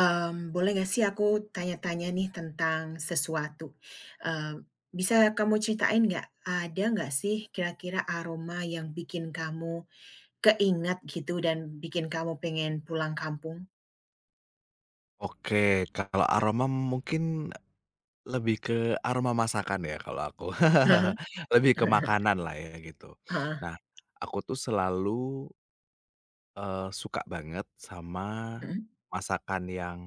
Boleh nggak sih aku tanya-tanya nih tentang sesuatu? Eee, Bisa kamu ceritain nggak, ada nggak sih kira-kira aroma yang bikin kamu keingat gitu dan bikin kamu pengen pulang kampung? Oke, kalau aroma mungkin lebih ke aroma masakan ya kalau aku, Heeh, lebih ke makanan lah ya gitu. heeh, Nah, aku tuh selalu, suka banget sama mhm, masakan yang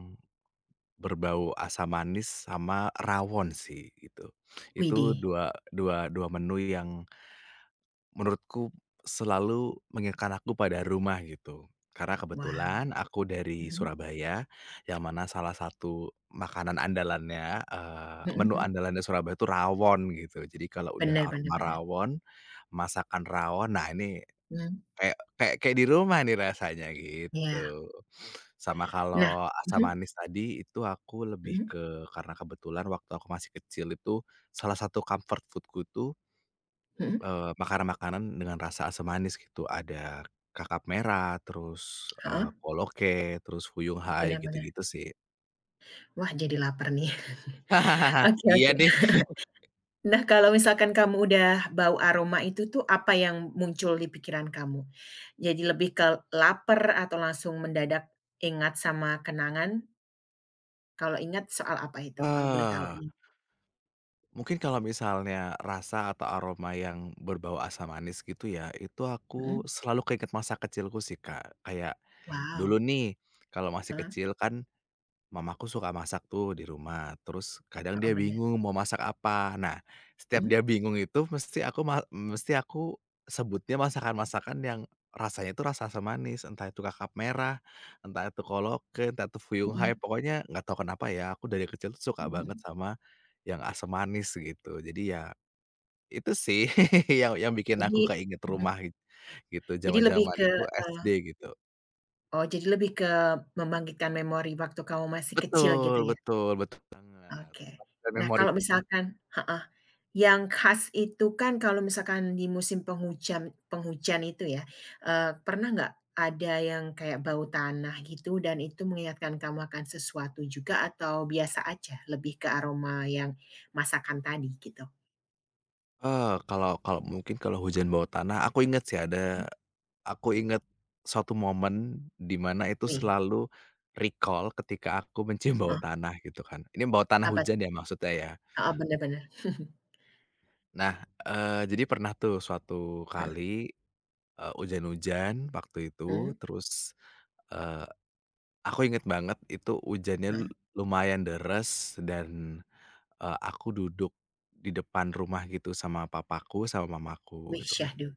berbau asam manis sama rawon sih gitu. Itu widih, dua dua dua menu yang menurutku selalu mengingatkan aku pada rumah gitu. Karena wow, kebetulan aku dari mhm, Surabaya, yang mana salah satu makanan andalannya, mhm menu mhm, andalannya Surabaya itu rawon gitu. Jadi kalau udah bener bener aroma bener, rawon, masakan rawon, nah ini mmm, kayak kayak kayak di rumah nih rasanya iya, gitu. Sama nah kalau asam mhm, manis tadi itu aku lebih mhm, ke karena kebetulan waktu aku masih kecil itu salah satu comfort foodku itu, mhm, makanan-makanan dengan rasa asam manis gitu, ada kakap merah, terus, heeh, koloke, terus fuyung hai, bener bener, gitu-gitu sih. wah jadi lapar nih, oke Iya oke. nih, Nah, kalau misalkan kamu udah bau aroma itu tuh, apa yang muncul di pikiran kamu? Jadi lebih ke lapar atau langsung mendadak ingat sama kenangan? Kalau ingat soal apa itu, kalau boleh tahu eee, nih? mungkin kalau misalnya rasa atau aroma yang berbau asam manis gitu ya, itu aku Mhm, selalu keinget masa kecilku sih, Kak. Kayak dulu wow, nih, kalau masih heeh, kecil kan, mamaku suka masak tuh di rumah, terus kadang dia heeh, bener, bingung mau masak apa. Nah, setiap dia mhm, bingung itu mesti aku sebutnya masakan-masakan yang rasanya itu rasa-rasa manis, entah itu kakap merah, entah itu koloke, entah itu fuyung hai, mhm, pokoknya nggak tahu kenapa ya, aku dari kecil tuh suka banget mhm. sama yang asam manis gitu. Jadi ya itu sih yang bikin aku Jadi keinget mhm, rumah gitu, jadi lebih zaman-zaman ke, itu SD eee, gitu. Oh, jadi lebih ke membangkitkan memori waktu kamu masih kecil Betul gitu ya? betul betul banget. Oke. Dan Nah, memori kalau misalkan heeh. Yang khas itu kan kalau misalkan di musim penghujan penghujan itu ya, pernah nggak ada yang kayak bau tanah gitu dan itu mengingatkan kamu akan sesuatu juga atau biasa aja lebih ke aroma yang masakan tadi gitu? Eee, kalau kalau mungkin kalau hujan bawah tanah, aku inget sih ada Mhm. aku inget suatu momen di mana itu Wih, selalu recall ketika aku mencium bau heeh, tanah gitu kan. Ini bau tanah apa hujan tuh? ya maksudnya ya. Heeh, bener bener. Nah, jadi pernah tuh suatu Heeh, kali, hujan-hujan waktu itu mhm, terus, eee, aku inget banget itu hujannya heeh. lumayan deres dan, aku duduk di depan rumah gitu sama papaku sama mamaku Wih, gitu kan. syahdu.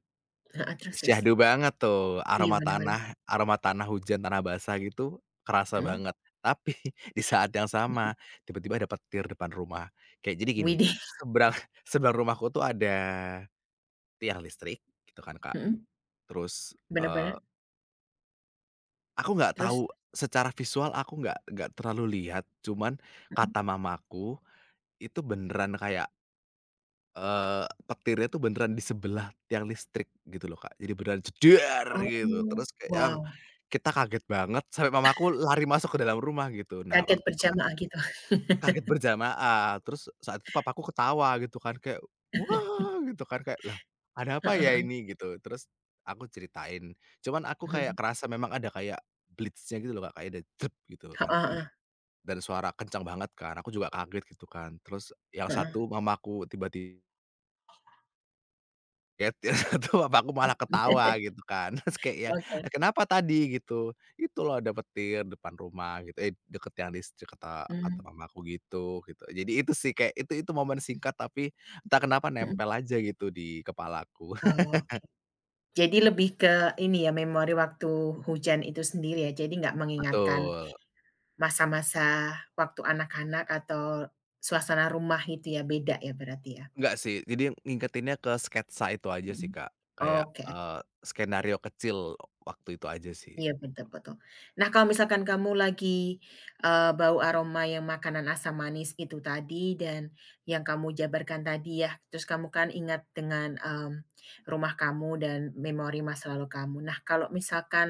Heeh, terus terus? Syahdu banget tuh, Iya, aroma bener bener. tanah aroma tanah hujan, tanah basah gitu kerasa Mhm. banget. Tapi di saat yang sama tiba-tiba ada petir depan rumah. Kayak jadi gini, Widih, seberang seberang rumahku tuh ada tiang listrik gitu kan, Kak. mhm, Terus, bener eee, bener, aku nggak terus? tahu secara visual aku nggak terlalu lihat, cuman Mhm. kata mamaku itu beneran kayak, petirnya tuh beneran di sebelah tiang listrik gitu loh, Kak. Jadi beneran jedar gitu, Oh, terus kayak yang wow, kita kaget banget sampai mamaku lari masuk ke dalam rumah gitu. Nah, kaget waktu itu kan berjamaah gitu. kaget berjamaah, terus saat itu papaku ketawa gitu kan kayak, "Wah!" gitu kan, kayak, "Lah, ada apa Heeh ya heeh, ini?" gitu. Terus aku ceritain, cuman aku kayak mhm, kerasa memang ada kayak blits-nya gitu loh, Kak, kayak ada jep gitu heeh kan, heeh dan suara kencang banget kan, aku juga kaget gitu kan. Terus yang heeh. satu mamaku getir satu bapakku malah ketawa gitu kan, terus kayak ya, Oke, "Eh, kenapa tadi?" gitu, "Itu loh ada petir depan rumah," gitu, "eh, deket yang listrik," kata kata mhm mamaku gitu gitu. Jadi itu sih kayak itu momen singkat tapi entah kenapa mhm, nempel aja gitu di kepalaku. oke. Jadi lebih ke ini ya, memori waktu hujan itu sendiri ya, jadi nggak mengingatkan Betul, masa-masa waktu anak-anak atau suasana rumah gitu ya, beda ya berarti ya? enggak sih, jadi ngingetinnya ke sketsa itu aja sih, Mhm, Kak, kayak, oke. Skenario kecil waktu itu aja sih. Iya, betul betul. Nah, kalau misalkan kamu lagi, bau aroma yang makanan asam manis itu tadi dan yang kamu jabarkan tadi ya, terus kamu kan ingat dengan rumah kamu dan memori masa lalu kamu. Nah, kalau misalkan,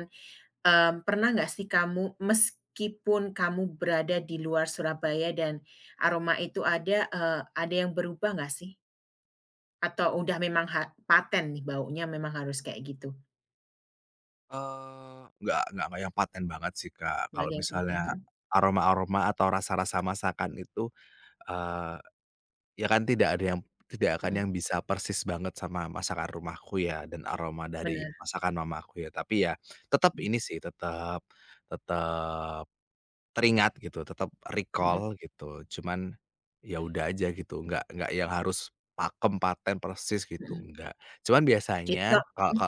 mmm, pernah nggak sih kamu meskipun kamu berada di luar Surabaya dan aroma itu ada yang berubah nggak sih? Atau udah memang paten nih baunya memang harus kayak gitu? Eee, nggak yang paten banget sih, Kak. Nggak Kalau ada yang paten? misalnya Mhm aroma-aroma atau rasa-rasa masakan itu, eee, ya kan tidak akan mhm. yang bisa persis banget sama masakan rumahku ya dan aroma dari Bener. masakan mamaku ya. Tapi ya tetap ini sih, tetap tetap teringat gitu, tetap Mhm recall mhm. gitu. Cuman ya udah aja gitu, nggak yang harus pakem, paten, persis gitu, Mhm. enggak. Cuman Jadi biasanya Kak ka mhm ka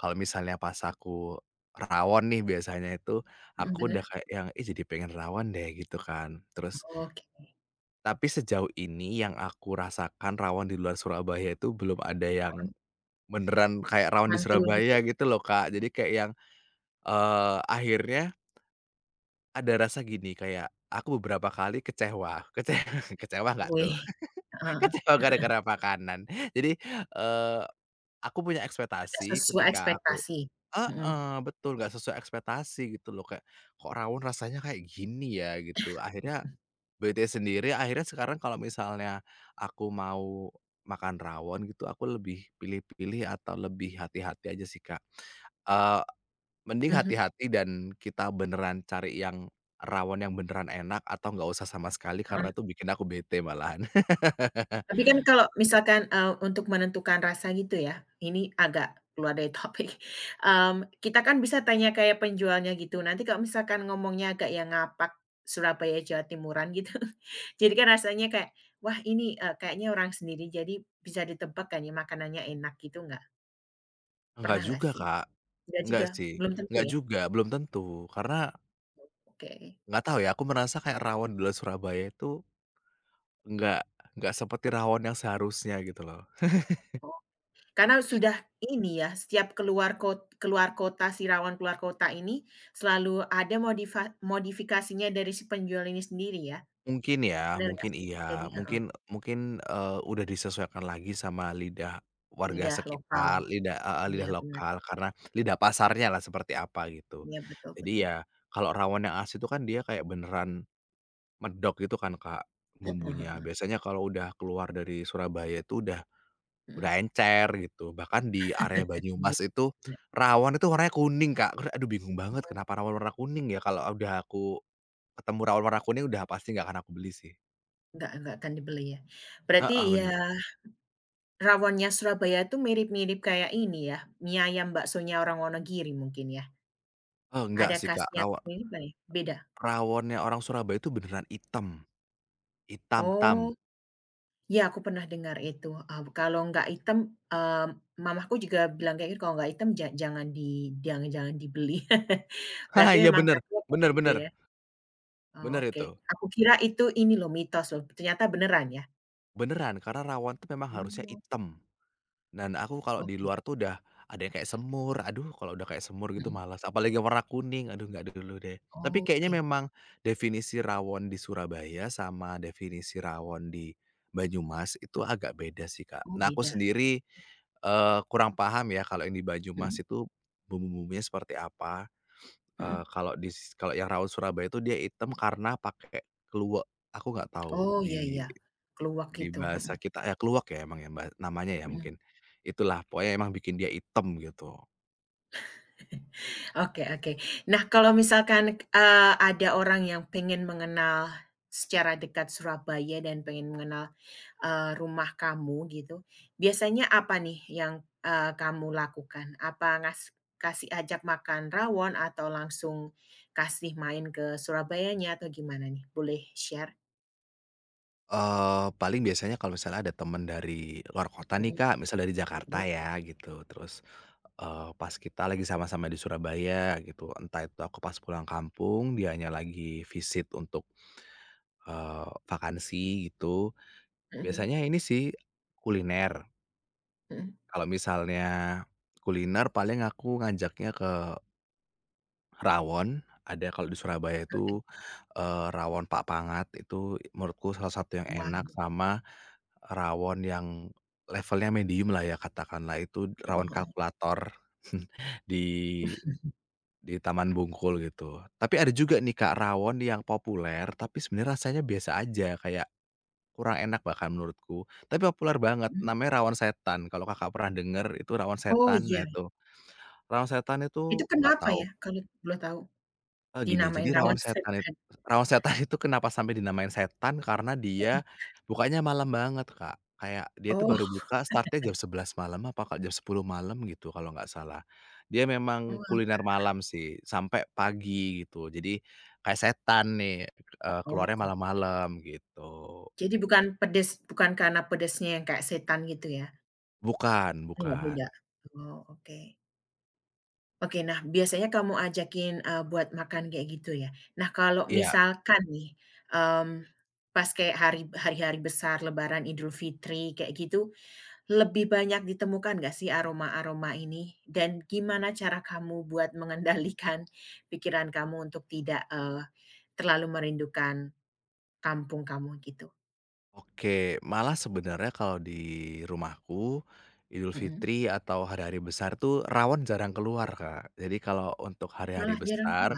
kalau misalnya pas aku rawon nih biasanya itu, mhm, aku udah bener. kayak yang, "Ih, jadi pengen rawon deh," gitu kan. Terus Oke, tapi sejauh ini yang aku rasakan rawon di luar Surabaya itu belum ada yang mhm, beneran kayak rawon di mantul gitu ya? Surabaya gitu loh, Kak. Jadi kayak yang, akhirnya ada rasa gini, kayak aku beberapa kali kecewa, kecewa, kecewa nggak tuh? Wih, heeh Kecewa gara-gara makanan. Jadi, eee, aku punya nggak ekspektasi sesuai ketika aku. ekspektasi. Mhm. Heeh, betul, nggak sesuai ekspektasi gitu loh, kayak, "Kok rawon rasanya kayak gini ya?" gitu. Akhirnya bete sendiri, akhirnya sekarang kalau misalnya aku mau makan rawon gitu, aku lebih pilih-pilih atau lebih hati-hati aja sih, Kak. Eee, Mending Mhm. hati-hati dan kita beneran cari yang rawon yang beneran enak atau nggak usah sama sekali Heeh. karena itu bikin aku bete malahan. Tapi kan kalau misalkan, untuk menentukan rasa gitu ya, ini agak keluar dari topik, kita kan bisa tanya kayak penjualnya gitu, nanti kalau misalkan ngomongnya agak yang ngapak Surabaya, Jawa Timuran gitu, jadi kan rasanya kayak, "Wah ini, kayaknya orang sendiri," jadi bisa ditebak kan ya makanannya enak gitu nggak? Enggak Pernah nggak juga, sih? Kak. Nggak Enggak juga? sih, Belum tentu enggak ya? juga, belum tentu. Karena Oke. nggak tahu ya, aku merasa kayak rawon di luar Surabaya itu nggak nggak seperti rawon yang seharusnya gitu loh. Oh, karena sudah ini ya, setiap keluar kota, siraman keluar kota ini selalu ada modifikasinya dari si penjual ini sendiri ya? Mungkin ya, Benar nggak mungkin sih? Jadi iya, heeh, mungkin mungkin, udah disesuaikan lagi sama lidah warga lidah lokal. sekitar, lidah heeh, Iya lidah benar, lokal karena lidah pasarnya lah seperti apa gitu. iya betul Jadi betul. ya kalau rawon yang asli itu kan dia kayak beneran medok gitu kan, Kak, bumbunya. Heeh Biasanya kalau udah keluar dari Surabaya itu udah mhm. udah encer gitu. Bahkan di area Banyumas Iya, itu rawon itu warnanya kuning, Kak. Aduh bingung banget mhm, kenapa rawon warna kuning ya kalau udah aku. Ketemu rawon warna kuning udah pasti nggak akan aku beli sih. nggak akan dibeli ya? Berarti Heeh, ya bener. rawonnya Surabaya itu mirip-mirip kayak ini ya, mie ayam baksonya orang Wonogiri mungkin ya? Oh, enggak Ada sih, Kak, khasnya sendiri nggak ya? Beda? rawonnya orang Surabaya itu beneran item, hitam-tam. Oh. Iya, aku pernah dengar itu, kalau nggak hitam, eee, mamaku juga bilang kayak gitu, "Kalau nggak hitam ja jangan di jangan jangan dibeli." Berarti Iya memang bener, khasnya kayak bener gitu bener, ya? Oh, bener oke. itu. Aku kira itu ini loh, mitos loh, ternyata beneran ya? Beneran, karena rawon tuh memang harusnya Oh, item. Dan aku kalau di oke, luar tuh udah ada yang kayak semur, aduh kalau udah kayak semur gitu mhm, malas, apalagi yang warna kuning, aduh nggak dulu deh. Tapi kayaknya oke. memang definisi rawon di Surabaya sama definisi rawon di Banyumas itu agak beda sih, Kak. Oh, Nah, aku beda. sendiri, kurang paham ya kalau yang di Banyumas Mhm, itu bumbu-bumbunya seperti apa, eee, mhm. kalau di kalau yang rawon Surabaya itu dia hitam karena pakai keluak. Aku nggak tahu Oh, iya di iya, keluak di gitu, bahasa mhm kita ya keluak ya emang ya Mbak, namanya ya mhm. mungkin? Itulah pokoknya emang bikin dia item gitu. Oke oke. Nah, kalau misalkan, ada orang yang pengen mengenal secara dekat Surabaya dan pengen mengenal, rumah kamu gitu, biasanya apa nih yang, kamu lakukan? Apa kasih ajak makan rawon atau langsung kasih main ke Surabayanya atau gimana nih? Boleh share? Paling biasanya kalau misalnya ada temen dari luar kota nih Mhm Kak, misal dari mhm Jakarta ya gitu, terus, pas kita lagi sama-sama di Surabaya gitu, entah itu aku pas pulang kampung, dianya lagi visit untuk, vakansi gitu, mhm biasanya ini sih kuliner. mhm, Kalau misalnya kuliner paling aku ngajaknya rawon, ada kalau di Surabaya oke. itu, rawon Pak Pangat itu menurutku salah satu yang Wah, enak sama rawon yang levelnya medium lah ya katakanlah itu heeh rawon heeh, kalkulator di di Taman Bungkul gitu. Tapi ada juga nih Kak rawon yang populer tapi sebenarnya rasanya biasa aja kayak kurang enak bahkan menurutku, tapi populer banget mhm. namanya rawon setan kalau Kakak pernah denger itu rawon Oh, setan, iya. nah itu. Rawon setan Itu itu nggak kenapa tahu. ya kalau boleh tahu Gini, dinamain jadi rawon setan? Rawan Setan itu kenapa sampai dinamain setan karena dia bukanya malam banget, Kak. Kayak dia itu Oh. baru buka start-nya jam 11 malam apa kak jam 10 malam gitu kalau nggak salah. Dia memang Wah, kuliner malam sih, sampai pagi gitu. Jadi kayak setan nih, keluarnya oke. malam-malam gitu. Jadi bukan pedes bukan karena pedesnya yang kayak setan gitu ya? Bukan Enggak bukan. beda? Oh, oke. Oke, nah biasanya kamu ajakin, buat makan kayak gitu ya. Nah kalau Iya. misalkan nih, mmm, pas kayak hari-hari besar Lebaran, Idul Fitri kayak gitu, lebih banyak ditemukan nggak sih aroma-aroma ini? Dan gimana cara kamu buat mengendalikan pikiran kamu untuk tidak, terlalu merindukan kampung kamu gitu? Oke, malah sebenarnya kalau di rumahku, Idul Mhm. Fitri atau hari-hari besar tuh rawon jarang keluar, Kak. Jadi kalau untuk hari-hari Malah jarang tuh. besar.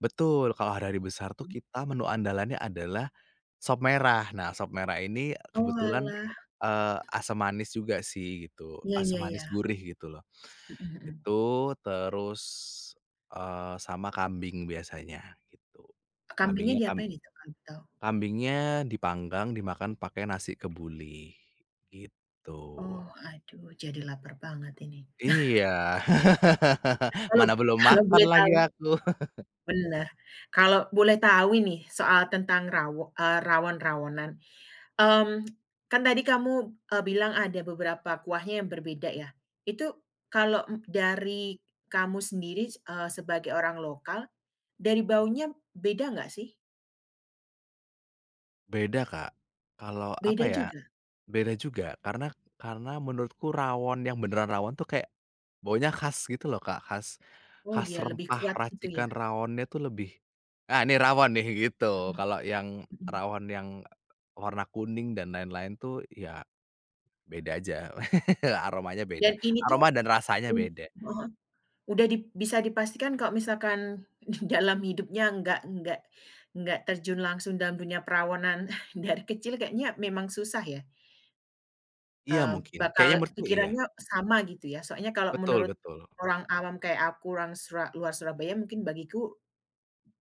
Betul, kalau hari-hari besar tuh Mmm, kita menu andalannya adalah sop merah. Nah, sop merah ini kebetulan, oalah, asam manis juga sih gitu, iya asam iya manis iya, gurih gitu loh. mhm mhm. Itu terus, sama kambing biasanya gitu. Kambingnya Kambingnya diapain itu kalau boleh tahu? Kambingnya dipanggang, dimakan pakai nasi kebuli, gitu. Oh, aduh jadi lapar banget ini. Iya. Kalau Mana belum kalau makan boleh lagi tahu aku. bener, kalau boleh tahu ini soal tentang rawon-rawonan, mmm, kan tadi kamu, bilang ada beberapa kuahnya yang berbeda ya, itu kalau, dari kamu sendiri, sebagai orang lokal, dari baunya beda nggak sih? Beda, Kak. Kalau apa Beda ya, juga? beda juga karena menurutku rawon yang beneran rawon tuh kayak baunya khas gitu loh, Kak, khas Oh khas iya lebih rempah kuat gitu ya? racikan rawonnya tuh lebih, "Ah, ini rawon nih," gitu. Mhm Kalau yang mhm. rawon yang warna kuning dan lain-lain tuh ya beda aja, aromanya beda. Dan ini tuh Aroma dan rasanya mmm, beda. heeh, udah di bisa dipastikan kalau misalkan di dalam hidupnya nggak terjun langsung dalam dunia perawanan dari kecil kayaknya memang susah ya, Iya mungkin, bakal kayaknya menurutku iya. pikirannya sama gitu ya. Soalnya kalau Betul menurut betul. orang awam kayak aku, orang luar Surabaya mungkin bagiku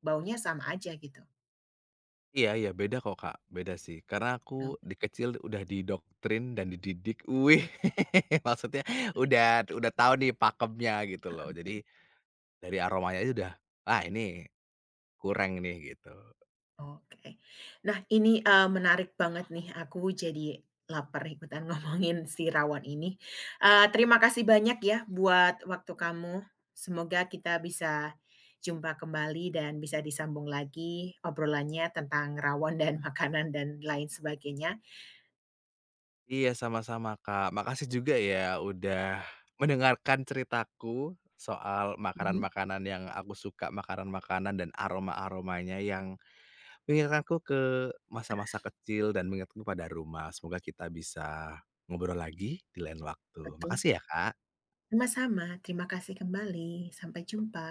baunya sama aja gitu. Iya iya, beda kok, Kak, beda sih. Karena aku Nah di kecil udah didoktrin dan dididik wih, mhm. maksudnya udah tahu nih pakemnya gitu loh. Jadi dari aromanya aja udah, "Ah, ini kurang nih," gitu. Oke. Nah ini, menarik banget nih, aku jadi lapar ikutan ngomongin si rawon ini. Terima kasih banyak ya buat waktu kamu. Semoga kita bisa jumpa kembali dan bisa disambung lagi obrolannya tentang rawon dan makanan dan lain sebagainya. Iya, sama-sama, Kak. Makasih juga ya udah mendengarkan ceritaku soal Mhm. makanan-makanan yang aku suka, makanan-makanan dan aroma-aromanya yang mengingatkanku ke masa-masa kecil dan mengingatku pada rumah. Semoga kita bisa ngobrol lagi di lain waktu. Betul, Makasih ya, Kak. sama-sama. Terima kasih kembali. Sampai jumpa.